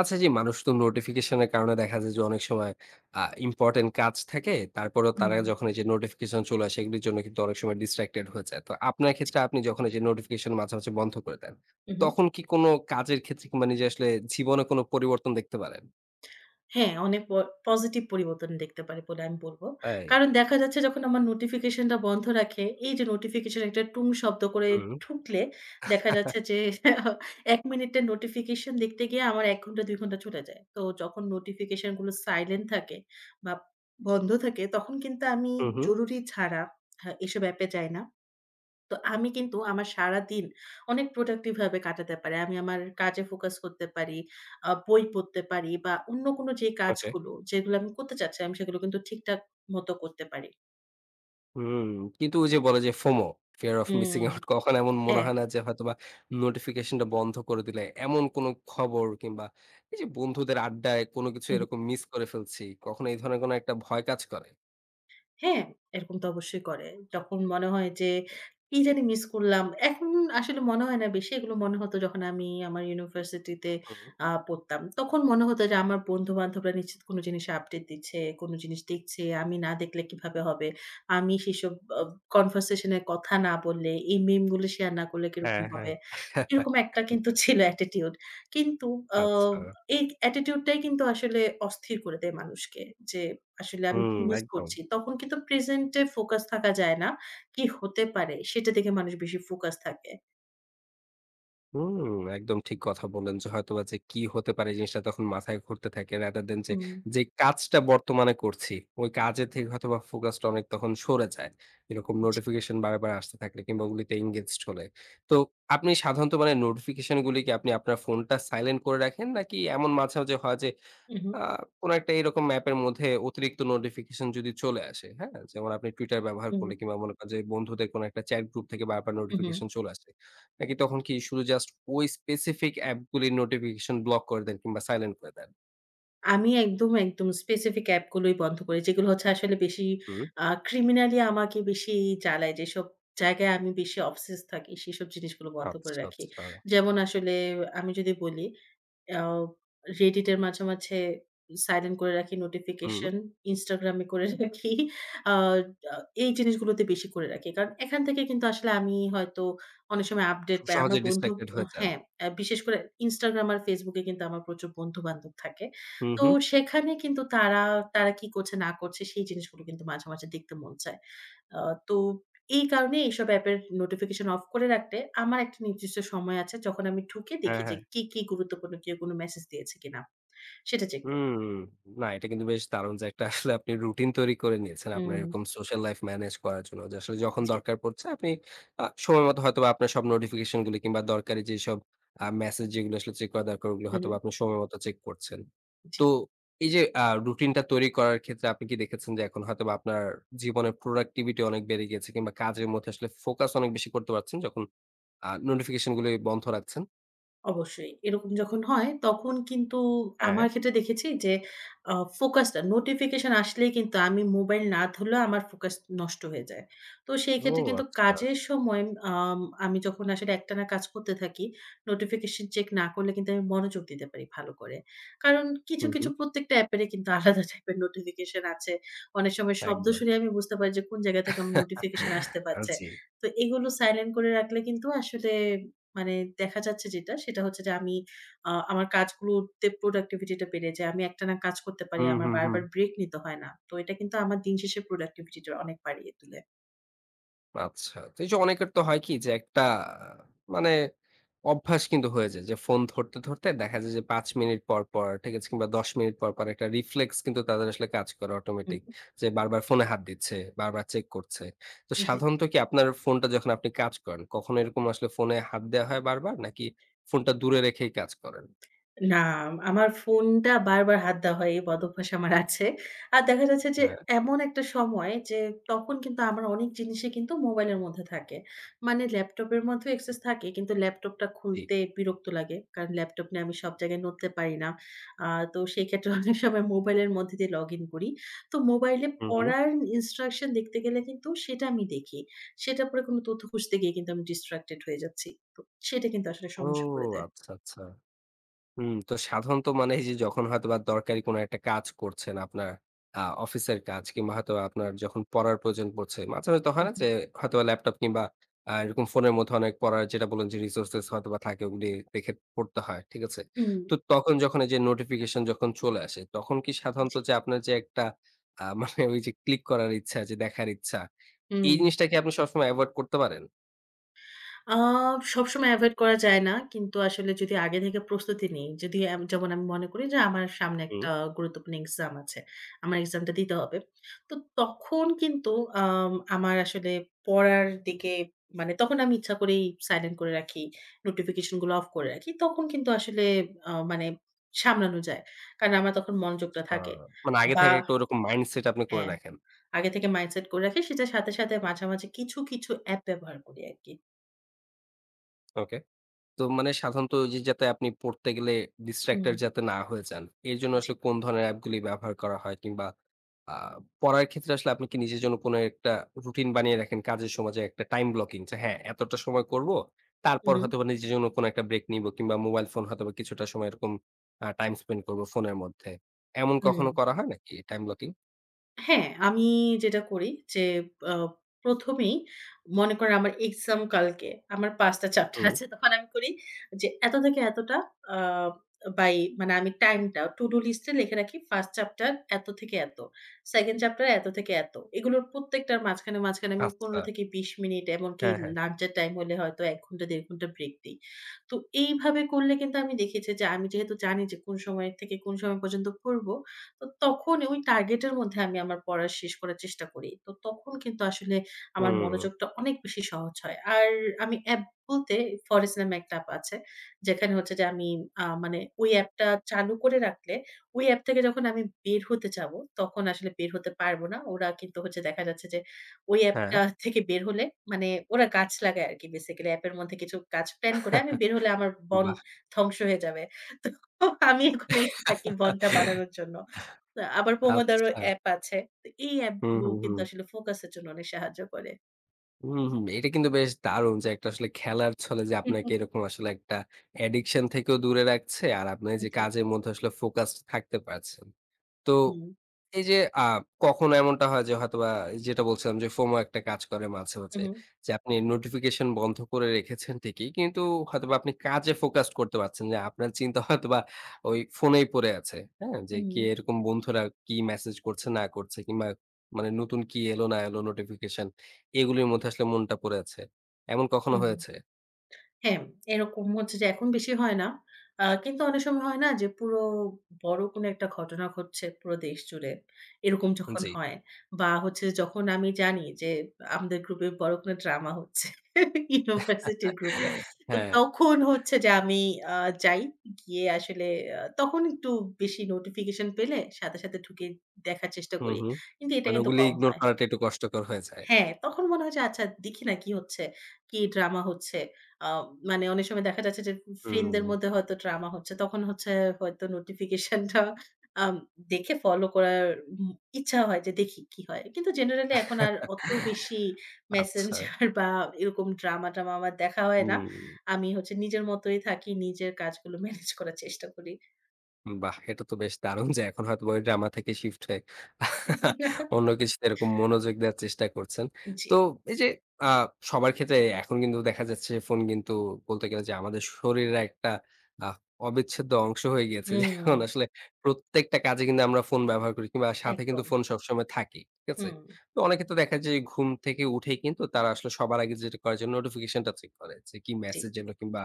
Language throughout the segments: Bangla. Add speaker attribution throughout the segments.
Speaker 1: আচ্ছা জি, মানুষ তো নোটিফিকেশনের কারণে দেখা যায় যে অনেক সময় আ ইম্পোর্টেন্ট কাজ থাকে। তারপরেও তারা
Speaker 2: হুম,
Speaker 1: যখন এই যে নোটিফিকেশন চলে আসে এগুলির জন্য কিন্তু অনেক সময় ডিস্ট্রাক্টেড হয়ে যায়। তো আপনার ক্ষেত্রে আপনি যখন এই যে নোটিফিকেশন মাঝে, মাঝে বন্ধ করে দেন,
Speaker 2: হুম, হুম।
Speaker 1: তখন কি কোনো কাজের ক্ষেত্রে কিংবা নিজে আসলে জীবনে কোনো পরিবর্তন দেখতে পারেন?
Speaker 2: হ্যাঁ, অনেক পজিটিভ পরিবর্তন দেখতে পারি বলে আমি বলব।
Speaker 1: তাই?
Speaker 2: কারণ দেখা যাচ্ছে যখন আমার নোটিফিকেশনটা বন্ধ রাখে, এই যে নোটিফিকেশন একটা টুং শব্দ করে
Speaker 1: হুম।
Speaker 2: ঢুকলে দেখা যাচ্ছে যে ১ মিনিটের নোটিফিকেশন দেখতে গিয়ে আমার ১ ঘন্টা ২ ঘন্টা চলে যায়। তো যখন নোটিফিকেশন গুলো সাইলেন্ট থাকে বা বন্ধ থাকে তখন কিন্তু আমি
Speaker 1: হু, হু।
Speaker 2: জরুরি ছাড়া হ্যাঁ, এসব অ্যাপে যাই না। তো আমি কিন্তু আমার সারাদিন অনেক প্রোডাক্টিভ ভাবে কাটাতে পারি। আমি আমার কাজে ফোকাস করতে পারি, বই পড়তে পারি বা অন্য কোনো যে
Speaker 1: ওকে।
Speaker 2: কাজগুলো, যেগুলো আমি করতে চাচ্ছিলাম, সেগুলো কিন্তু ঠিকঠাক মতো করতে পারি।
Speaker 1: হুম, কিন্তু ওই যে বলে যে ফোমো, ফিয়ার অফ মিসিং
Speaker 2: হুম,
Speaker 1: আউট কখন এমন মনে
Speaker 2: হ্যাঁ।
Speaker 1: হয় না যে হয়তোবা নোটিফিকেশনটা বন্ধ করে দিলে এমন কোনো খবর কিংবা এই যে বন্ধুদের আড্ডায় কোনো কিছু এরকম মিস করে ফেলছি, কখনো এই ধরনের কোনো একটা ভয় কাজ করে?
Speaker 2: হ্যাঁ, এরকম তো অবশ্যই করে। যখন মনে হয় যে কি জানি মিস করলাম। এখন আসলে মনে হয় না বেশি। এগুলো মনে হতো যখন আমি আমার ইউনিভার্সিটিতে
Speaker 1: হুম,
Speaker 2: পড়তাম। তখন মনে হতো যে আমার বন্ধু-বান্ধবরা নিশ্চিত কোনো জিনিসে আপডেট দিচ্ছে, কোনো জিনিস দেখছে। আমি না দেখলে কিভাবে হবে? আমি সেসব আ কনভারসেশন এ কথা না বললে, এই মিম গুলো শেয়ার না করলে কিরকম
Speaker 1: হ্যাঁ, হ্যাঁ।
Speaker 2: হবে? এরকম একটা কিন্তু ছিল attitude. কিন্তু আ
Speaker 1: আচ্ছা।
Speaker 2: এই attitude টাই কিন্তু আসলে অস্থির করে দেয় মানুষকে। যে আসলে আমি কি
Speaker 1: হুম,
Speaker 2: মিস
Speaker 1: একদম।
Speaker 2: করছি? তখন কিন্তু present এ ফোকাস থাকা যায় না। কি হতে পারে? সেটা দেখে মানুষ বেশি ফোকাস থাকে।
Speaker 1: হুম, একদম ঠিক কথা বললেন যে হয়তোবা যে কি হতে পারে জিনিসটা তখন মাথায় ঘুরতে থাকে rather than যে,
Speaker 2: হুম,
Speaker 1: যে কাজটা বর্তমানে করছি, ওই কাজের থেকে হয়তোবা ফোকাসটা অনেক তখন সরে যায়। এরকম
Speaker 2: জি।
Speaker 1: নোটিফিকেশন বারবার আসতে থাকলে কিংবা ওগুলিতে engaged হলে। তো আপনি সাধারণত মানে নোটিফিকেশন গুলি কি আপনি আপনার ফোনটা সাইলেন্ট করে রাখেন? নাকি এমন মাঝে, মাঝে হয় যে
Speaker 2: হুম, হুম,
Speaker 1: আ কোনো একটা এরকম অ্যাপের মধ্যে অতিরিক্ত নোটিফিকেশন যদি চলে আসে, হ্যাঁ? যেমন আপনি Twitter ব্যবহার
Speaker 2: হুম,
Speaker 1: করলে
Speaker 2: হুম,
Speaker 1: কিংবা মনে করেন যে বন্ধুদের কোনো একটা চ্যাট গ্রুপ থেকে বারবার
Speaker 2: হুম, হুম।
Speaker 1: নোটিফিকেশন চলে আসে। নাকি তখন কি শুধু জাস্ট ওই স্পেসিফিক অ্যাপগুলির নোটিফিকেশন ব্লক করে দেন কিংবা সাইলেন্ট করে দেন?
Speaker 2: আমি একদম specific অ্যাপ গুলোই বন্ধ করি। যেগুলো হচ্ছে আসলে বেশি
Speaker 1: হুম,
Speaker 2: criminally আমাকে বেশি জ্বালায়। যেসব জায়গায় আমি বেশি obsessed থাকি সেসব জিনিসগুলো বন্ধ করে
Speaker 1: আচ্ছা,
Speaker 2: রাখি।
Speaker 1: আচ্ছা।
Speaker 2: যেমন আসলে আমি যদি বলি অ্যাও Reddit এর মাঝে, মাঝে সাইলেন্ট করে রাখি
Speaker 1: হুম,
Speaker 2: নোটিফিকেশন, Instagram এ করে রাখি। আ আ এই জিনিসগুলোতে বেশি করে রাখি। কারণ এখান থেকে কিন্তু আসলে আমি হয়তো অনেক সময় আপডেট
Speaker 1: খুব
Speaker 2: পাই। আমার
Speaker 1: সহজে
Speaker 2: বন্ধু
Speaker 1: ডিস্ট্রাক্টেড হয়ে যান।
Speaker 2: হ্যাঁ, বিশেষ করে Instagram আর Facebook এ কিন্তু আমার প্রচুর বন্ধু-বান্ধব থাকে।
Speaker 1: হুম,
Speaker 2: তো
Speaker 1: হুম।
Speaker 2: সেখানে কিন্তু তারা কি করছে না করছে সেই জিনিসগুলো কিন্তু মাঝে, মাঝে দেখতে মন চায়। আ তো এই কারণে এইসব অ্যাপের নোটিফিকেশন অফ করে রাখতে আমার একটা নির্দিষ্ট সময় আছে যখন আমি ঢুকে
Speaker 1: হ্যাঁ,
Speaker 2: দেখি যে
Speaker 1: হ্যাঁ।
Speaker 2: কি গুরুত্বপূর্ণ কেউ কোনো মেসেজ দিয়েছে কিনা। সেটা চেক করি।
Speaker 1: হুম। না, এটা কিন্তু বেশ দারুণ যে একটা আসলে আপনি রুটিন তৈরি করে নিয়েছেন। আপনার
Speaker 2: হুম,
Speaker 1: এরকম সোশ্যাল লাইফ ম্যানেজ করার জন্য। যে আসলে যখন
Speaker 2: জি।
Speaker 1: দরকার পড়ছে আপনি সময় মতো হয়তোবা আপনার সব নোটিফিকেশন গুলি কিংবা দরকারি যেসব মেসেজ যেগুলো আসলে চেক করা দরকার ওগুলো
Speaker 2: হুম,
Speaker 1: হয়তোবা আপনি সময় মতো চেক করছেন।
Speaker 2: জি।
Speaker 1: তো এই যে রুটিনটা তৈরি করার ক্ষেত্রে আপনি কি দেখেছেন যে এখন হয়তোবা আপনার জীবনের প্রোডাক্টিভিটি অনেক বেড়ে গিয়েছে কিংবা কাজের মধ্যে আসলে ফোকাস অনেক বেশি করতে পারছেন যখন নোটিফিকেশন গুলো বন্ধ রাখছেন?
Speaker 2: অবশ্যই। এরকম যখন হয় তখন কিন্তু
Speaker 1: হ্যাঁ।
Speaker 2: আমার ক্ষেত্রে দেখেছি যে আ ফোকাসটা নোটিফিকেশন আসলেই কিন্তু আমি মোবাইল না ধরলেও আমার ফোকাস নষ্ট হয়ে যায়। তো সেই
Speaker 1: ও
Speaker 2: ক্ষেত্রে কিন্তু
Speaker 1: আচ্ছা।
Speaker 2: কাজের সময় আম আমি যখন আসলে একটানা কাজ করতে থাকি, নোটিফিকেশন চেক না করলে কিন্তু আমি মনোযোগ দিতে পারি ভালো করে। কারণ কিছু,
Speaker 1: হু, হু।
Speaker 2: কিছু প্রত্যেকটা অ্যাপেরই কিন্তু আলাদা টাইপের নোটিফিকেশন আছে। অনেক সময় শব্দ
Speaker 1: একদম।
Speaker 2: শুনে আমি বুঝতে পারি যে কোন জায়গা থেকে আমার নোটিফিকেশন আসতে পারছে।
Speaker 1: জি।
Speaker 2: তো এগুলো সাইলেন্ট করে রাখলে কিন্তু আসলে মানে দেখা যাচ্ছে যেটা, সেটা হচ্ছে যে আমি আমার কাজগুলোতে productivity টা বেড়ে যায়। আমি একটানা কাজ করতে পারি।
Speaker 1: হুম,
Speaker 2: আমার
Speaker 1: হুম, হুম।
Speaker 2: বারবার ব্রেক নিতে হয় না। তো এটা কিন্তু আমার দিন শেষে productivity টা অনেক বাড়িয়ে তোলে।
Speaker 1: আচ্ছা। তো এই যে অনেকের তো হয় কি যে একটা মানে অভ্যাস কিন্তু হয়ে যায় যে ফোন ধরতে, ধরতে দেখা যায় যে ৫ মিনিট পর, পর ঠিক আছে? কিংবা ১০ মিনিট পর, পর একটা রিফ্লেক্স কিন্তু তাদের আসলে কাজ করে
Speaker 2: হুম,
Speaker 1: অটোমেটিক। যে বারবার ফোনে হাত দিচ্ছে, বারবার চেক করছে। তো
Speaker 2: জি।
Speaker 1: সাধারণত কি আপনার ফোনটা যখন আপনি কাজ করেন, কখনো এরকম আসলে ফোনে হাত দেওয়া হয় বারবার? নাকি ফোনটা দূরে রেখেই কাজ করেন?
Speaker 2: না, আমার ফোনটা বারবার হাত দেওয়া হয়, এই বদভ্যাস আমার আছে। আর দেখা যাচ্ছে যে
Speaker 1: হ্যাঁ,
Speaker 2: এমন একটা সময় যে তখন কিন্তু আমার অনেক জিনিসই কিন্তু মোবাইলের মধ্যে থাকে। মানে ল্যাপটপের মধ্যেও অ্যাক্সেস থাকে কিন্তু ল্যাপটপটা
Speaker 1: জি।
Speaker 2: খুলতে বিরক্ত লাগে। কারণ ল্যাপটপ নিয়ে আমি সব জায়গায় নড়তে পারি না। আ তো সেই ক্ষেত্রে অনেক সময় মোবাইলের মধ্যে দিয়ে লগইন করি। তো মোবাইলে
Speaker 1: হুম, হুম।
Speaker 2: পড়ার ইনস্ট্রাকশন দেখতে গেলে কিন্তু সেটা আমি দেখি। সেটা পরে কোনো তথ্য খুঁজতে গিয়ে কিন্তু আমি distracted হয়ে যাচ্ছি। তো সেটা কিন্তু আসলে
Speaker 1: ও
Speaker 2: সমস্যা করে দেয়।
Speaker 1: আচ্ছা, আচ্ছা। হুম, তো সাধারণত মানে এই যে যখন হয়তোবা দরকারি কোনো একটা কাজ করছেন আপনার অফিসের কাজ কিংবা হয়তো আপনার যখন পড়ার প্রয়োজন পড়ছে, মাঝে হয়তো
Speaker 2: হু,
Speaker 1: হয় না
Speaker 2: হু।
Speaker 1: যে হয়তোবা ল্যাপটপ কিংবা এরকম ফোনের মধ্যে অনেক পড়ার যেটা বললেন যে রিসোর্সেস হয়তোবা থাকে ওগুলি দেখে পড়তে হয়, ঠিক আছে?
Speaker 2: হুম,
Speaker 1: তো তখন যখন এই যে নোটিফিকেশন যখন চলে আসে, তখন কি সাধারণত
Speaker 2: জি।
Speaker 1: যে আপনার যে একটা মানে ওই যে ক্লিক করার ইচ্ছা, যে দেখার ইচ্ছা, এই
Speaker 2: হুম।
Speaker 1: জিনিসটা কি আপনি সবসময় এভয়েড করতে পারেন?
Speaker 2: আ সবসময় এভয়েড করা যায় না। কিন্তু আসলে যদি আগে থেকে প্রস্তুতি নিই, যদি যেমন আমি মনে করি যে আমার সামনে
Speaker 1: হুম,
Speaker 2: একটা গুরুত্বপূর্ণ এক্সাম আছে। আমার এক্সামটা দিতে হবে। তো তখন কিন্তু আমার আসলে পড়ার দিকে মানে তখন আমি ইচ্ছা করেই সাইলেন্ট করে রাখি। নোটিফিকেশন গুলো অফ করে রাখি। তখন কিন্তু আসলে মানে সামলানো যায়। কারণ আমার তখন মনোযোগটা
Speaker 1: আ
Speaker 2: থাকে।
Speaker 1: মানে আগে
Speaker 2: বা
Speaker 1: থেকে একটা ওরকম মাইন্ডসেট আপনি করে
Speaker 2: হ্যাঁ,
Speaker 1: রাখেন।
Speaker 2: আগে থেকে মাইন্ডসেট করে রাখি। সেটার সাথে, সাথে মাঝামাঝি কিছু অ্যাপ ব্যবহার করি আরকি।
Speaker 1: ওকে। তো মানে সাধারণত ওই যে যাতে আপনি পড়তে গেলে
Speaker 2: হুম।
Speaker 1: distracted যাতে না হয়ে যান। এর জন্য
Speaker 2: জি।
Speaker 1: আসলে কোন ধরনের অ্যাপ গুলি ব্যবহার করা হয়? কিংবা আ পড়ার ক্ষেত্রে আসলে আপনি কি নিজের জন্য কোনো একটা রুটিন বানিয়ে রাখেন কাজের সময় যে একটা টাইম ব্লকিং যে হ্যাঁ, এতটা সময় করব। তারপর
Speaker 2: হুম,
Speaker 1: হয়তোবা নিজের জন্য কোনো একটা ব্রেক নিব কিংবা মোবাইল ফোন হয়তোবা কিছুটা সময় এরকম টাইম স্পেন্ড করব ফোনের মধ্যে। এমন কখনো
Speaker 2: হুম।
Speaker 1: করা হয় নাকি টাইম ব্লকিং?
Speaker 2: হ্যাঁ, আমি যেটা করি যে আ ১ম এই মনে করেন আমার এক্সাম কালকে আমার ৫ টা চ্যাপ্টার
Speaker 1: হুম।
Speaker 2: আছে। তখন আমি করি যে এত থেকে এতটা আ বাই মানে আমি টাইমটা to do list এ লিখে রাখি। 1st চ্যাপ্টার এত থেকে এত, 2nd চ্যাপ্টার এত থেকে এত। এগুলোর প্রত্যেকটার মাঝখানে আমি
Speaker 1: আচ্ছা।
Speaker 2: ১৫-২০ মিনিট এমনকি
Speaker 1: হ্যাঁ, হ্যাঁ।
Speaker 2: লাঞ্চের টাইম হলে হয়তো ১ ঘন্টা ১.৫ ঘন্টা ব্রেক দেই। তো এইভাবে করলে কিন্তু আমি দেখেছি যে আমি যেহেতু জানি যে কোন সময় থেকে কোন সময় পর্যন্ত পড়ব তো তখন ওই টার্গেটের মধ্যে আমি আমার পড়া শেষ করার চেষ্টা করি। তো তখন কিন্তু আসলে আমার
Speaker 1: হুম।
Speaker 2: মনোযোগটা অনেক বেশি সহজ হয়। আর আমি অ্যাপ বলতে ফরেস্ট নামে একটা অ্যাপ আছে। যেখানে হচ্ছে যে আমি মানে ওই অ্যাপটা চালু করে রাখলে ওই অ্যাপ থেকে যখন আমি বের হতে যাবো, তখন আসলে বের হতে পারবো না। ওরা কিন্তু হচ্ছে দেখা যাচ্ছে যে ওই
Speaker 1: হ্যাঁ।
Speaker 2: অ্যাপটা থেকে বের হলে মানে ওরা গাছ লাগায় আরকি বেসিক্যালি অ্যাপের মধ্যে কিছু গাছ প্ল্যান করে আমি বের হলে আমার
Speaker 1: বাহ!
Speaker 2: ধ্বংস হয়ে যাবে। তো আমি ওখানেই থাকি বনটা বানানোর জন্য। আবার
Speaker 1: আচ্ছা।
Speaker 2: Pomodoro অ্যাপ আছে। তো এই
Speaker 1: হুম,
Speaker 2: অ্যাপগুলো
Speaker 1: হুম,
Speaker 2: কিন্তু
Speaker 1: হুম।
Speaker 2: আসলে ফোকাসের জন্য অনেক সাহায্য করে।
Speaker 1: হুম, হুম। এটা কিন্তু বেশ দারুণ যে একটা আসলে খেলার ছলে যে
Speaker 2: হুম,
Speaker 1: আপনাকে
Speaker 2: হুম,
Speaker 1: এরকম আসলে একটা অ্যাডিকশন থেকেও দূরে রাখছে। আর আপনি
Speaker 2: হুম।
Speaker 1: যে
Speaker 2: জি।
Speaker 1: কাজের মধ্যে আসলে ফোকাসড থাকতে পারছেন। তো
Speaker 2: হুম।
Speaker 1: এই যে আ কখনো এমনটা হয় যে হয়তোবা যেটা বলছিলাম যে FOMO একটা কাজ করে মাঝে,
Speaker 2: হু,
Speaker 1: মাঝে
Speaker 2: হু।
Speaker 1: যে আপনি নোটিফিকেশন বন্ধ করে রেখেছেন ঠিকই। কিন্তু হয়তোবা আপনি কাজে ফোকাস করতে পারছেন না। আপনার চিন্তা হয়তোবা ওই ফোনেই পড়ে আছে। হ্যাঁ? যে
Speaker 2: হুম,
Speaker 1: কে এরকম বন্ধুরা কি মেসেজ করছে না করছে কিংবা মানে নতুন কি এলো না এলো নোটিফিকেশন এগুলির মধ্যে আসলে মনটা পড়ে আছে। এমন কখনো
Speaker 2: হুম।
Speaker 1: হয়েছে?
Speaker 2: হ্যাঁ, এরকম হচ্ছে যে এখন বেশি হয় না। কিন্তু অনেক সময় হয় না যে পুরো বড় কোনো একটা ঘটনা ঘটছে পুরো দেশ জুড়ে। এরকম যখন
Speaker 1: জি।
Speaker 2: হয় বা হচ্ছে যখন আমি জানি যে আমাদের গ্রুপে বড় কোনো ড্রামা হচ্ছে ইউনিভার্সিটির গ্রুপে। তো
Speaker 1: হ্যাঁ।
Speaker 2: তখন হচ্ছে যে আমি আ যাই গিয়ে আসলে তখন একটু বেশি নোটিফিকেশন পেলে সাথে, সাথে ঢুকে দেখার চেষ্টা
Speaker 1: হুম,
Speaker 2: করি।
Speaker 1: হুম।
Speaker 2: কিন্তু এটা
Speaker 1: মানে
Speaker 2: কিন্তু
Speaker 1: ওগুলি
Speaker 2: কম
Speaker 1: ইগনোর
Speaker 2: হয়।
Speaker 1: করাটা একটু কষ্টকর হয়ে যায়।
Speaker 2: হ্যাঁ, তখন মনে হয় যে আচ্ছা দেখি না কি হচ্ছে, কি ড্রামা হচ্ছে। আ মানে অনেক সময় দেখা যাচ্ছে যে
Speaker 1: হুম।
Speaker 2: ফ্রেন্ডদের মধ্যে হয়তো ড্রামা হচ্ছে। তখন হচ্ছে হয়তো নোটিফিকেশনটা আম দেখে ফলো করার উম ইচ্ছা হয় যে দেখি কি হয়। কিন্তু জেনারেলি এখন আর অত বেশি
Speaker 1: আচ্ছা।
Speaker 2: মেসেঞ্জার বা এরকম ড্রামা-ট্রামা আমার দেখা হয় না।
Speaker 1: হুম।
Speaker 2: আমি হচ্ছে নিজের মতোই থাকি, নিজের কাজগুলো ম্যানেজ করার চেষ্টা করি।
Speaker 1: বাহ! এটা তো বেশ দারুণ যে এখন হয়তোবা ওই ড্রামা থেকে শিফট হয়ে অন্য কিছুতে এরকম মনোযোগ দেওয়ার চেষ্টা করছেন।
Speaker 2: জি।
Speaker 1: তো এই যে আ সবার ক্ষেত্রে এখন কিন্তু দেখা যাচ্ছে ফোন কিন্তু বলতে গেলে যে আমাদের শরীরের একটা আ অবিচ্ছেদ্য অংশ হয়ে গিয়েছে। যে
Speaker 2: হুম,
Speaker 1: এখন আসলে প্রত্যেকটা কাজে কিন্তু আমরা ফোন ব্যবহার করি কিংবা সাথে কিন্তু
Speaker 2: একদম।
Speaker 1: ফোন সবসময় থাকেই। ঠিক আছে?
Speaker 2: হুম,
Speaker 1: তো অনেকে তো দেখা যায় যে ঘুম থেকে উঠেই কিন্তু তারা আসলে সবার আগে যেটা করার জন্য নোটিফিকেশনটা চেক করে যে কি
Speaker 2: জি।
Speaker 1: মেসেজ এলো কিংবা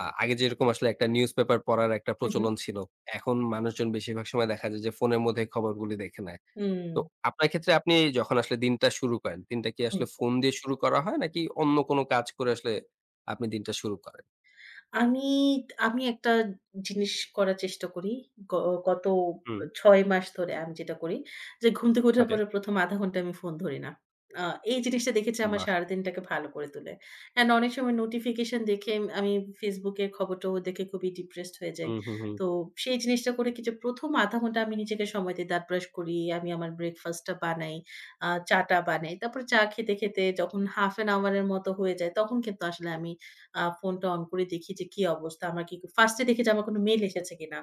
Speaker 1: আগে যেরকম আসলে একটা নিউজপেপার পড়ার একটা
Speaker 2: হু, হু।
Speaker 1: প্রচলন ছিল। এখন মানুষজন বেশিরভাগ সময় দেখা যায় যে ফোনের মধ্যে খবরগুলি দেখে নেয়।
Speaker 2: হুম,
Speaker 1: তো আপনার ক্ষেত্রে আপনি যখন আসলে দিনটা শুরু করেন, দিনটা কি
Speaker 2: হুম।
Speaker 1: আসলে ফোন দিয়ে শুরু করা হয় নাকি অন্য কোনো কাজ করে আসলে আপনি দিনটা শুরু করেন?
Speaker 2: আমি, আমি একটা জিনিস করার চেষ্টা করি। গ গত
Speaker 1: হুম,
Speaker 2: ৬ মাস ধরে আমি যেটা করি যে ঘুম থেকে ওঠার
Speaker 1: ওকে।
Speaker 2: পরে ১ম আধা ঘন্টা আমি ফোন ধরি না। আ এই জিনিসটা দেখেছি আমার
Speaker 1: বাহ!
Speaker 2: সারাদিনটাকে ভালো করে তোলে। অ্যান্ড অনেক সময় নোটিফিকেশন দেখে আমি Facebook এর খবরটাও দেখে খুবই ডিপ্রেসড হয়ে যাই।
Speaker 1: হুম, হুম, হুম।
Speaker 2: তো সেই জিনিসটা করে কি যে ১ম আধা ঘন্টা আমি নিজেকে সময় দিই। দাঁত ব্রাশ করি, আমি আমার ব্রেকফাস্টটা বানাই, চা টা বানাই। তারপরে চা খেতে, খেতে যখন হাফ অ্যান আওয়ার এর মতো হয়ে যায় তখন কিন্তু আসলে আমি ফোনটা অন করে দেখি যে কি অবস্থা। আমার কি ফার্স্ট এ দেখি যে আমার কোন মেইল এসেছে কিনা।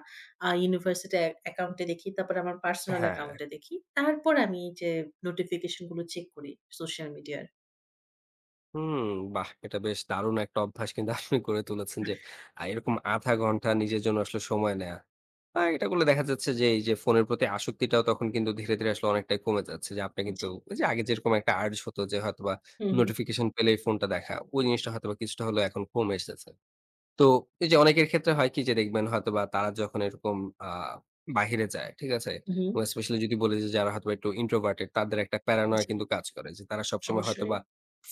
Speaker 2: ইউনিভার্সিটি অ্যাকাউন্ট এ দেখি। তারপরে আমার পার্সোনাল
Speaker 1: হ্যাঁ।
Speaker 2: অ্যাকাউন্ট এ দেখি। তারপর আমি এই যে নোটিফিকেশন গুলো চেক করি সোশ্যাল মিডিয়ার।
Speaker 1: হুম, বাহ! এটা বেশ দারুণ একটা অভ্যাস কিন্তু আপনি করে তুলেছেন যে, এরকম ০.৫ ঘন্টা নিজের জন্য আসলে সময় নেয়া। এটা করলে দেখা যাচ্ছে যে, এই যে ফোনের প্রতি আসক্তিটাও তখন কিন্তু ধীরে, ধীরে আসলে অনেকটাই কমে যাচ্ছে। যে আপনি কিন্তু
Speaker 2: জি।
Speaker 1: ওই যে আগে যেরকম একটা আর্জ হতো যে হয়তোবা
Speaker 2: হু, হু।
Speaker 1: নোটিফিকেশন পেলেই ফোনটা দেখা, ওই জিনিসটা হয়তোবা কিছুটা হলেও এখন কমে এসেছে। তো এই যে অনেকের ক্ষেত্রে হয় কি যে দেখবেন হয়তোবা তারা যখন এরকম আ বাহিরে যায়, ঠিক আছে?
Speaker 2: হু, হু।
Speaker 1: এবং স্পেশালি যদি বলি যে যারা হয়তোবা একটু introverted তাদের একটা প্যারানয়েড
Speaker 2: জি,
Speaker 1: কিন্তু কাজ করে। যে তারা সবসময়
Speaker 2: অবশ্যই।
Speaker 1: হয়তোবা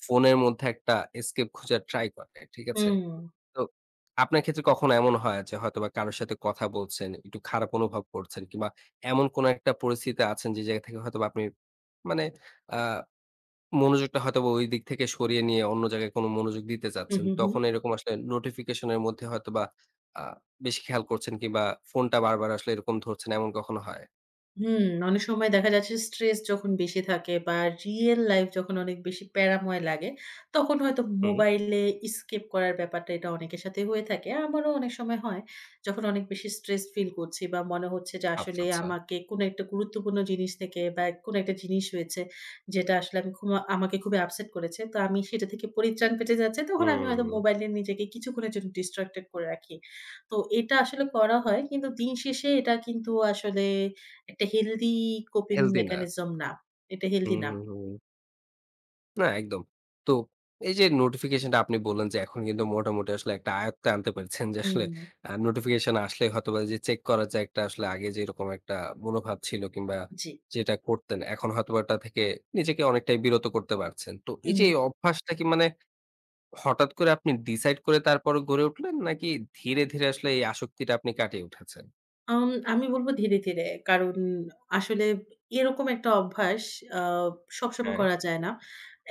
Speaker 1: ফোনের মধ্যে একটা escape খোঁজার ট্রাই করে, ঠিক আছে?
Speaker 2: হুম।
Speaker 1: তো আপনার ক্ষেত্রে কখনো এমন হয় যে হয়তোবা কারো সাথে কথা বলছেন, একটু খারাপ অনুভব করছেন কিংবা এমন কোনো একটা পরিস্থিতিতে আছেন যে জায়গা থেকে হয়তোবা আপনি মানে আ মনোযোগটা হয়তোবা ওই দিক থেকে সরিয়ে নিয়ে অন্য জায়গায় কোনো মনোযোগ দিতে
Speaker 2: হু,
Speaker 1: চাচ্ছেন।
Speaker 2: হু, হু।
Speaker 1: তখন এরকম আসলে নোটিফিকেশনের মধ্যে হয়তোবা আ বেশি খেয়াল করছেন কিংবা ফোনটা বারবার আসলে এরকম ধরছেন এমন কখনো হয়?
Speaker 2: হুম, অনেক সময় দেখা যাচ্ছে স্ট্রেস যখন বেশি থাকে বা রিয়েল লাইফ যখন অনেক বেশি প্যারাময় লাগে, তখন হয়তো
Speaker 1: হুম।
Speaker 2: মোবাইলে স্কেপ করার ব্যাপারটা এটা অনেকের সাথে হয়ে থাকে। আমারও অনেক সময় হয়। যখন অনেক বেশি স্ট্রেস ফিল করছি বা মনে হচ্ছে যে
Speaker 1: আচ্ছা,
Speaker 2: আসলে
Speaker 1: আচ্ছা।
Speaker 2: আমাকে কোনো একটা গুরুত্বপূর্ণ জিনিস থেকে বা কোনো একটা জিনিস হয়েছে যেটা আসলে আমি খুব আমাকে খুবই আপসেট করেছে। তো আমি সেটা থেকে পরিত্রাণ পেতে যাচ্ছি তখন আমি হয়তো
Speaker 1: হুম।
Speaker 2: মোবাইলে নিজেকে কিছুক্ষণের জন্য distracted করে রাখি। তো এটা আসলে করা হয় কিন্তু দিন শেষে এটা কিন্তু আসলে একটা হেলথি কোপিং
Speaker 1: হেলথি না।
Speaker 2: মেকানিজম না। এটা হেলথি
Speaker 1: হুম,
Speaker 2: না।
Speaker 1: হুম, হুম। না, একদম। তো এই যে নোটিফিকেশনটা আপনি বললেন যে এখন কিন্তু মোটামুটি আসলে একটা আয়ত্তে আনতে পেরেছেন যে আসলে
Speaker 2: হুম,
Speaker 1: নোটিফিকেশন আসলে হয়তোবা যে চেক করার যে একটা আসলে আগে যেরকম একটা মনোভাব ছিল কিংবা
Speaker 2: জি।
Speaker 1: যেটা করতেন, এখন হয়তোবা ওটা থেকে নিজেকে অনেকটাই বিরত করতে পারছেন। তো এই
Speaker 2: হুম,
Speaker 1: যে এই অভ্যাসটা কি মানে হঠাৎ করে আপনি ডিসাইড করে তারপরে গড়ে উঠলেন নাকি ধীরে, ধীরে আসলে এই আসক্তিটা আপনি কাটিয়ে উঠেছেন?
Speaker 2: আম আমি বলব ধীরে, ধীরে। কারণ আসলে এরকম একটা অভ্যাস আ সবসময়
Speaker 1: হ্যাঁ,
Speaker 2: করা যায় না।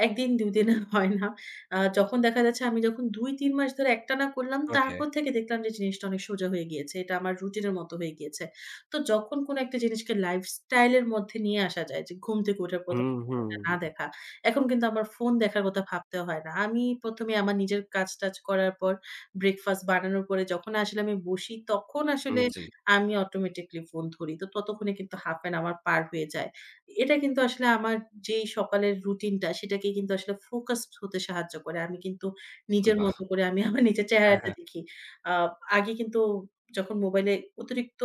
Speaker 2: ১ দিন ২ দিনে হয় না। যখন দেখা যাচ্ছে আমি যখন ২-৩ মাস ধরে একটানা করলাম,
Speaker 1: ওকে।
Speaker 2: তারপর থেকে দেখলাম যে জিনিসটা অনেক সোজা হয়ে গিয়েছে। এটা আমার রুটিনের মতো হয়ে গিয়েছে। তো যখন কোনো একটা জিনিসকে লাইফস্টাইল এর মধ্যে নিয়ে আসা যায় যে ঘুম থেকে উঠার ১ম
Speaker 1: হুম, হুম।
Speaker 2: না দেখা। এখন কিন্তু আমার ফোন দেখার কথা ভাবতে হয় না। আমি ১ম এ আমার নিজের কাজ-টাজ করার পর ব্রেকফাস্ট বানানোর পরে যখন আসলে আমি বসি, তখন
Speaker 1: হুম,
Speaker 2: আসলে
Speaker 1: জি।
Speaker 2: আমি অটোমেটিক্যালি ফোন ধরি। তো ততক্ষণে কিন্তু ১/২ অ্যান আওয়ার পার হয়ে যায়। এটা কিন্তু আসলে আমার যেই সকালের রুটিনটা সেটাকে কিন্তু আসলে ফোকাসড হতে সাহায্য করে। আমি কিন্তু নিজের
Speaker 1: বাহ!
Speaker 2: মতো করে আমি আমার নিজের
Speaker 1: হ্যাঁ,
Speaker 2: চেহারাটা
Speaker 1: হ্যাঁ।
Speaker 2: দেখি। আ আগে কিন্তু যখন মোবাইলে অতিরিক্ত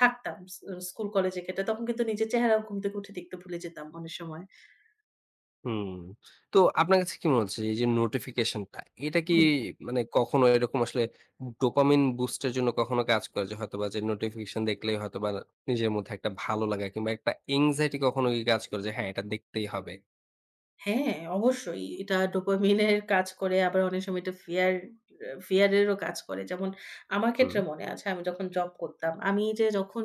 Speaker 2: থাকতাম স্কুল কলেজে ঘেঁটে তখন কিন্তু নিজের চেহারাও ঘুম থেকে উঠে দেখতে ভুলে যেতাম অনেক সময়।
Speaker 1: হুম। তো আপনার কাছে কি মনে হচ্ছে যে, এই যে নোটিফিকেশনটা, এটা কি
Speaker 2: হুম।
Speaker 1: মানে কখনো এরকম আসলে ডোপামিন বুস্ট এর জন্য কখনো কাজ করে? যে হয়তোবা যে নোটিফিকেশন দেখলেই হয়তোবা নিজের মধ্যে একটা ভালো লাগা কিংবা একটা এংজাইটি কখনো কি কাজ করে যে, হ্যাঁ, এটা দেখতেই হবে?
Speaker 2: হ্যাঁ, অবশ্যই। এটা ডোপামিনের কাজ করে আবার অনেক সময় এটা ফিয়ার এরও কাজ করে। যেমন আমার
Speaker 1: হুম।
Speaker 2: ক্ষেত্রে মনে আছে আমি যখন জব করতাম, আমি যে যখন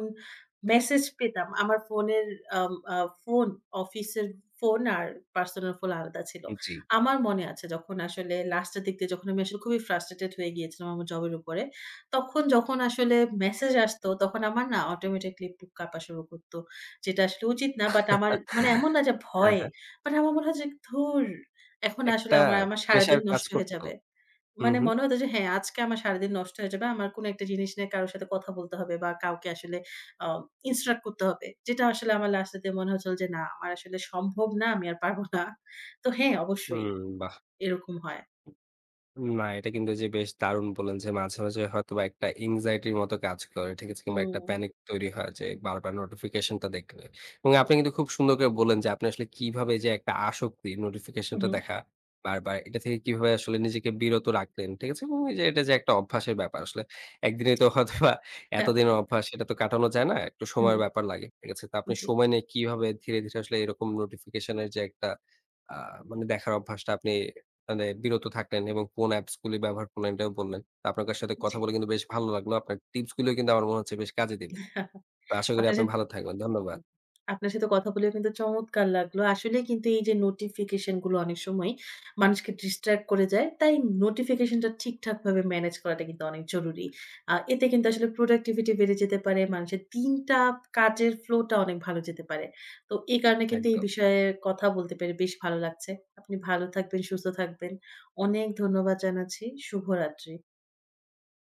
Speaker 2: মেসেজ পেতাম আমার ফোনের আম আ ফোন অফিসের ফোন আর পার্সোনাল ফোন আলাদা ছিল।
Speaker 1: জি।
Speaker 2: আমার মনে আছে যখন আসলে লাস্টের দিক দিয়ে যখন আমি আসলে খুবই ফ্রাস্ট্রেটেড হয়ে গিয়েছিলাম আমার জবের উপরে, তখন যখন আসলে মেসেজ আসতো তখন আমার না অটোমেটিক্যালি বুক কাঁপা শুরু করত। যেটা আসলে উচিত না। বাট আমার মানে এমন না যে
Speaker 1: হ্যাঁ,
Speaker 2: ভয়ে
Speaker 1: হ্যাঁ।
Speaker 2: বাট আমার মনে হয় যে ধুর! এখন আসলে
Speaker 1: একটা
Speaker 2: আমার সারাদিন
Speaker 1: প্রেশার কাজ
Speaker 2: নষ্ট হয়ে
Speaker 1: করত?
Speaker 2: যাবে।
Speaker 1: হুম,
Speaker 2: মানে
Speaker 1: হুম।
Speaker 2: মনে হতো যে হ্যাঁ, আজকে আমার সারাদিন নষ্ট হয়ে যাবে। আমার কোন একটা জিনিস নিয়ে কারো সাথে কথা বলতে হবে বা কাউকে আসলে আ ইন্সট্রাক্ট করতে হবে। যেটা আসলে আমার লাস্টের দিয়ে মনে হচ্ছিল যে না, আমার আসলে সম্ভব না, আমি আর পারব না। তো হ্যাঁ, অবশ্যই
Speaker 1: হুম, বাহ!
Speaker 2: এরকম হয়।
Speaker 1: না, এটা কিন্তু এইযে বেশ দারুণ বললেন যে, মাঝে, মাঝে হয়তোবা একটা এনক্সাইটির মতো কাজ করে। ঠিক আছে? কিংবা একটা
Speaker 2: হুম,
Speaker 1: প্যানিক তৈরি হয় যে, বারবার নোটিফিকেশনটা দেখলে। এবং আপনি কিন্তু খুব সুন্দর করে বললেন যে, আপনি আসলে কিভাবে যে একটা আসক্তি
Speaker 2: হু,
Speaker 1: নোটিফিকেশনটা
Speaker 2: হু।
Speaker 1: দেখা বারবার, এটা থেকে কিভাবে আসলে নিজেকে বিরত রাখলেন। ঠিক আছে? এবং এইযে এটা যে একটা অভ্যাসের ব্যাপার আসলে। একদিনে তো হয়তোবা এতদিনের অভ্যাস সেটা তো কাটানো যায় না। একটু
Speaker 2: হুম,
Speaker 1: সময়ের ব্যাপার লাগে। ঠিক আছে? তো আপনি
Speaker 2: জি,
Speaker 1: সময় নিয়ে কিভাবে ধীরে, ধীরে আসলে এরকম নোটিফিকেশন এর যে একটা আ মানে দেখার অভ্যাসটা আপনি মানে বিরত থাকলেন এবং কোন অ্যাপস গুলি ব্যবহার করলেন এটাও বললেন। তো আপনার সাথে
Speaker 2: জি।
Speaker 1: কথা বলে কিন্তু বেশ ভালো লাগলো। আপনার টিপস গুলো কিন্তু আমার মনে হচ্ছে বেশ কাজে দিবে। তো আশা করি
Speaker 2: আপনার
Speaker 1: আপনি ভালো থাকবেন। ধন্যবাদ।
Speaker 2: হুম। আপনার সাথে কথা বলে কিন্তু চমৎকার লাগলো। আসলেই কিন্তু এই যে নোটিফিকেশন গুলো অনেক সময় মানুষকে ডিস্ট্রাক্ট করে যায়। তাই নোটিফিকেশনটা ঠিকঠাকভাবে ম্যানেজ করাটা কিন্তু অনেক জরুরি। এতে কিন্তু আসলে প্রোডাক্টিভিটি বেড়ে যেতে পারে। মানুষের দিনটা কাজের ফ্লো টা অনেক ভালো যেতে পারে। তো এই কারণে কিন্তু এই
Speaker 1: একদম।
Speaker 2: বিষয়ে কথা বলতে পেরে বেশ ভালো লাগছে। আপনি ভালো থাকবেন, সুস্থ থাকবেন। অনেক ধন্যবাদ জানাচ্ছি। শুভরাত্রি।